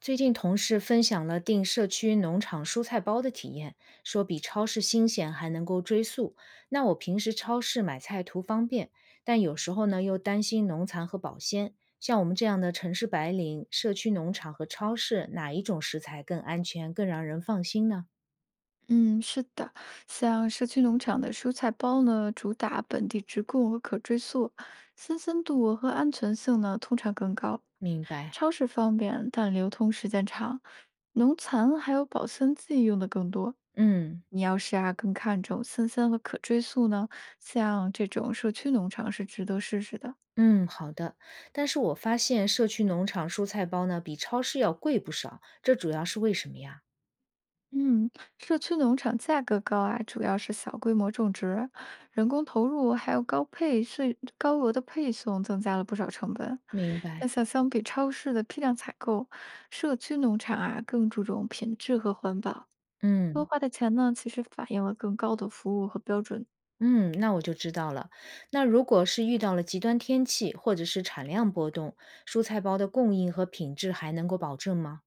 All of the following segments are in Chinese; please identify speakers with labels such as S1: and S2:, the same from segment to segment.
S1: 最近同事分享了订社区农场蔬菜包的体验，说比超市新鲜，还能够追溯。那我平时超市买菜图方便，但有时候呢又担心农残和保鲜。像我们这样的城市白领，社区农场和超市哪一种食材更安全、更让人放心呢？
S2: 嗯，是的，像社区农场的蔬菜包呢，主打本地直供和可追溯，新鲜度和安全性呢通常更高。
S1: 明白，
S2: 超市方便，但流通时间长，农残还有保鲜剂用的更多。
S1: 嗯
S2: 你要是啊更看重新鲜和可追溯呢，像这种社区农场是值得试试的。
S1: 嗯，好的。但是我发现社区农场蔬菜包呢比超市要贵不少，这主要是为什么呀？
S2: 嗯，社区农场价格高啊，主要是小规模种植、人工投入，还有高配税、高额的配送，增加了不少成本。
S1: 明白。
S2: 但像相比超市的批量采购，社区农场啊更注重品质和环保，多
S1: 嗯。
S2: 花的钱呢，其实反映了更高的服务和标准。
S1: 嗯，那我就知道了。那如果是遇到了极端天气或者是产量波动，蔬菜包的供应和品质还能够保证吗？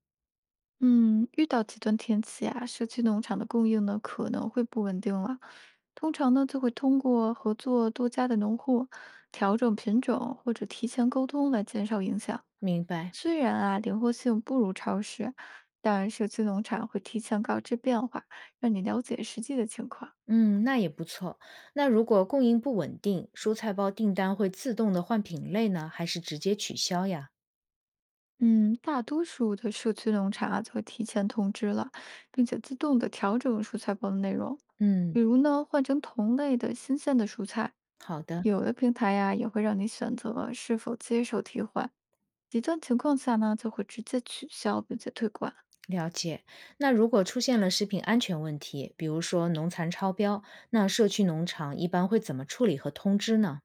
S2: 嗯，遇到极端天气啊，社区农场的供应呢可能会不稳定了。通常呢，就会通过合作多家的农户调整品种或者提前沟通来减少影响。
S1: 明白。
S2: 虽然啊，灵活性不如超市，但社区农场会提前告知变化，让你了解实际的情况。
S1: 嗯，那也不错。那如果供应不稳定，蔬菜包订单会自动的换品类呢，还是直接取消呀？
S2: 嗯，大多数的社区农场啊，就会提前通知了，并且自动的调整蔬菜包的内容，
S1: 嗯，
S2: 比如呢，换成同类的新鲜的蔬菜。
S1: 好的，
S2: 有的平台呀，也会让你选择是否接受替换，极端情况下呢，就会直接取消并且退款。
S1: 了解。那如果出现了食品安全问题，比如说农残超标，那社区农场一般会怎么处理和通知呢？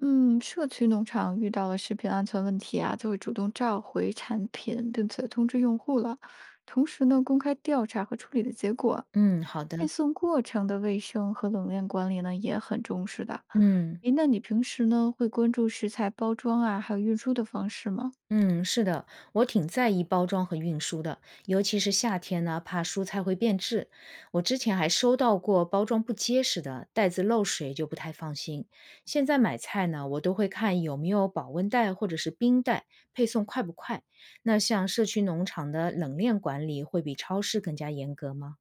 S2: 嗯，社区农场遇到了食品安全问题啊，就会主动召回产品，并且通知用户了。同时呢，公开调查和处理的结果，
S1: 嗯，好
S2: 配
S1: 的，
S2: 送过程的卫生和冷链管理呢也很重视的。
S1: 嗯。
S2: 诶，那你平时呢会关注食材包装啊，还有运输的方式吗？
S1: 嗯，是的，我挺在意包装和运输的，尤其是夏天呢，怕蔬菜会变质。我之前还收到过包装不结实的，袋子漏水就不太放心。现在买菜呢，我都会看有没有保温袋或者是冰袋，配送快不快。那像社区农场的冷链管理会比超市更加严格吗？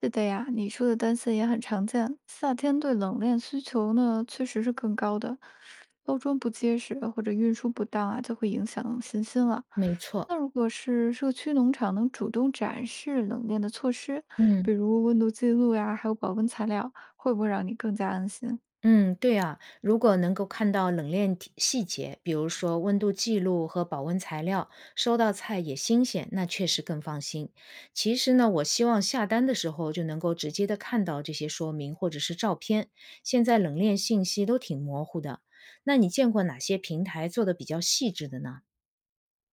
S2: 是的呀，你说的担心也很常见。夏天对冷链需求呢，确实是更高的。包装不结实或者运输不当啊，就会影响信心了。
S1: 没错，
S2: 那如果是社区农场能主动展示冷链的措施，
S1: 嗯。
S2: 比如温度记录呀，还有保温材料，会不会让你更加安心？
S1: 嗯，对啊，如果能够看到冷链体细节，比如说温度记录和保温材料，收到菜也新鲜，那确实更放心。其实呢，我希望下单的时候就能够直接的看到这些说明或者是照片。现在冷链信息都挺模糊的，那你见过哪些平台做的比较细致的呢？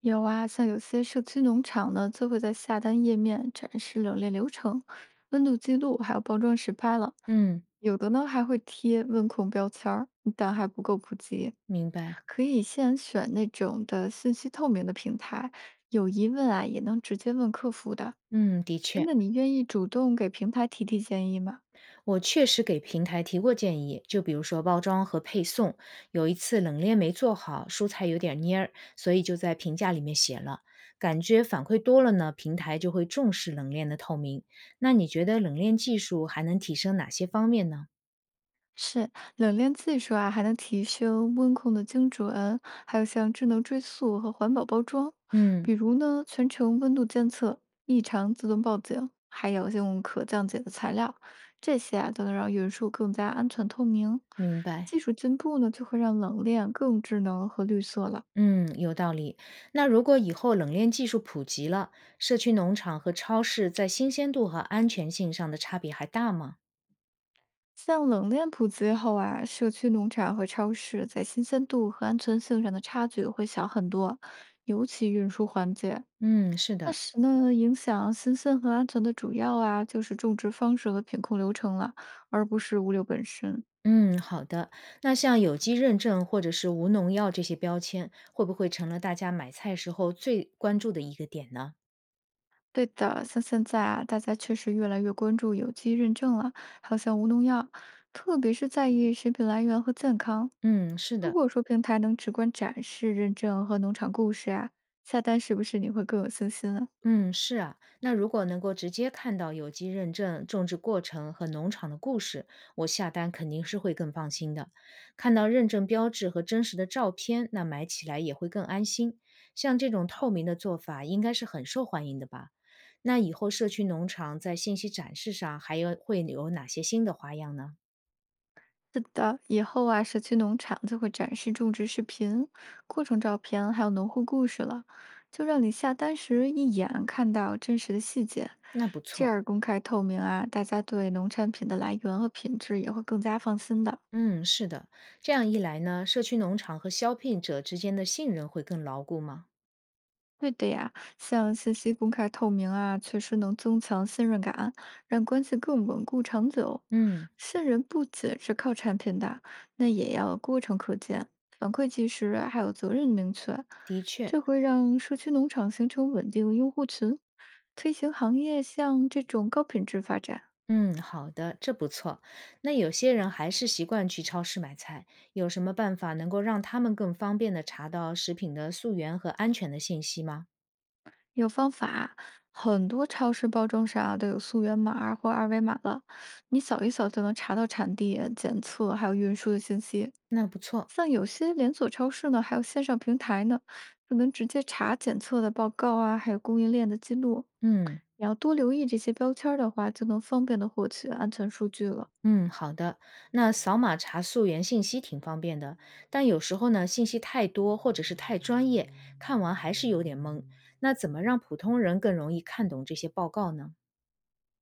S2: 有啊，像有些社区农场呢，就会在下单页面展示冷链流程、温度记录，还有包装实拍了。
S1: 嗯，
S2: 有的呢还会贴温控标签儿，但还不够普及。
S1: 明白。
S2: 可以先选那种的信息透明的平台，有疑问啊也能直接问客服的。
S1: 嗯，的
S2: 哎，
S1: 确。
S2: 那你愿意主动给平台提提建议吗？
S1: 我确实给平台提过建议，就比如说包装和配送。有一次冷链没做好，蔬菜有点蔫儿，所以就在评价里面写了。感觉反馈多了呢，平台就会重视冷链的透明。那你觉得冷链技术还能提升哪些方面呢？
S2: 是冷链技术啊，还能提升温控的精准，还有像智能追溯和环保包装，
S1: 嗯，
S2: 比如呢，全程温度监测、异常自动报警，还有用可降解的材料，这些啊都能让运输更加安全透明。
S1: 明白。
S2: 技术进步呢，就会让冷链更智能和绿色了。
S1: 嗯，有道理。那如果以后冷链技术普及了，社区农场和超市在新鲜度和安全性上的差别还大吗？
S2: 像冷链普及后啊，社区农场和超市在新鲜度和安全性上的差距会小很多，尤其运输环节。
S1: 嗯，是
S2: 那
S1: 的。
S2: 时呢，影响新鲜和安全的主要啊，就是种植方式和品控流程了，而不是物流本身。
S1: 嗯，好的。那像有机认证或者是无农药这些标签，会不会成了大家买菜时候最关注的一个点呢？
S2: 对的，像现在啊，大家确实越来越关注有机认证了，还有像无农药，特别是在意食品来源和健康。
S1: 嗯，是
S2: 如
S1: 的，
S2: 果说平台能直观展示认证和农场故事啊，下单是不是你会更有信心啊？
S1: 嗯，是啊。那如果能够直接看到有机认证、种植过程和农场的故事，我下单肯定是会更放心的。看到认证标志和真实的照片，那买起来也会更安心。像这种透明的做法，应该是很受欢迎的吧？那以后社区农场在信息展示上还有会有哪些新的花样呢？
S2: 是的，以后啊，社区农场就会展示种植视频、过程照片，还有农户故事了，就让你下单时一眼看到真实的细节。
S1: 那不
S2: 这
S1: 错，
S2: 样公开透明啊，大家对农产品的来源和品质也会更加放心的。
S1: 嗯，是的，这样一来呢，社区农场和消费者之间的信任会更牢固吗？
S2: 对的呀，像信息公开透明啊，确实能增强信任感，让关系更稳固长久。
S1: 嗯，
S2: 信任不仅是靠产品的，那也要过程可见、反馈及时，还有责任明确。
S1: 的确，
S2: 这会让社区农场形成稳定用户群，推行行业像这种高品质发展。
S1: 嗯，好的，这不错。那有些人还是习惯去超市买菜，有什么办法能够让他们更方便的查到食品的溯源和安全的信息吗？
S2: 有方法，很多超市包装上啊都有溯源码儿或二维码了，你扫一扫就能查到产地、检测还有运输的信息。
S1: 那不错，
S2: 像有些连锁超市呢，还有线上平台呢，就能直接查检测的报告啊，还有供应链的记录。
S1: 嗯。
S2: 你要多留意这些标签儿的话，就能方便的获取安全数据了。
S1: 嗯，好的。那扫码查溯源信息挺方便的，但有时候呢，信息太多或者是太专业，看完还是有点懵。那怎么让普通人更容易看懂这些报告呢？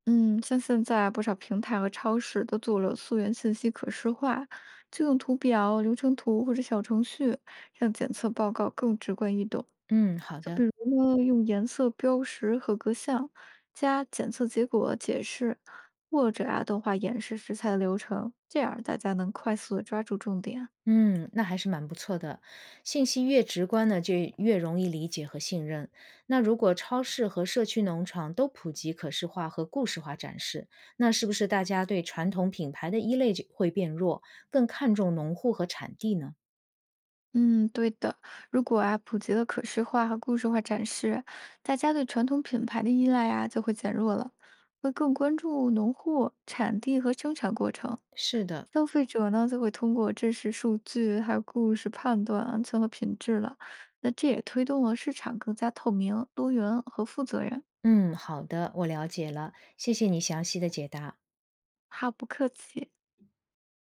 S2: 嗯，像现在啊不少平台和超市都做了溯源信息可视化，就用图表、流程图或者小程序，让检测报告更直观易懂。
S1: 嗯，好的。
S2: 比如呢，用颜色标识和格项，加检测结果解释，或者啊动画演示食材的流程，这样大家能快速的抓住重点。
S1: 嗯，那还是蛮不错的。信息越直观呢，就越容易理解和信任。那如果超市和社区农场都普及可视化和故事化展示，那是不是大家对传统品牌的依赖就会变弱，更看重农户和产地呢？
S2: 嗯，对的。如果啊普及了可视化和故事化展示，大家对传统品牌的依赖啊就会减弱了，会更关注农户、产地和生产过程。
S1: 是的，
S2: 消费者呢就会通过真实数据还有故事判断安全和品质了。那这也推动了市场更加透明、多元和负责任。
S1: 嗯，好的，我了解了，谢谢你详细的解答。
S2: 好，不客气。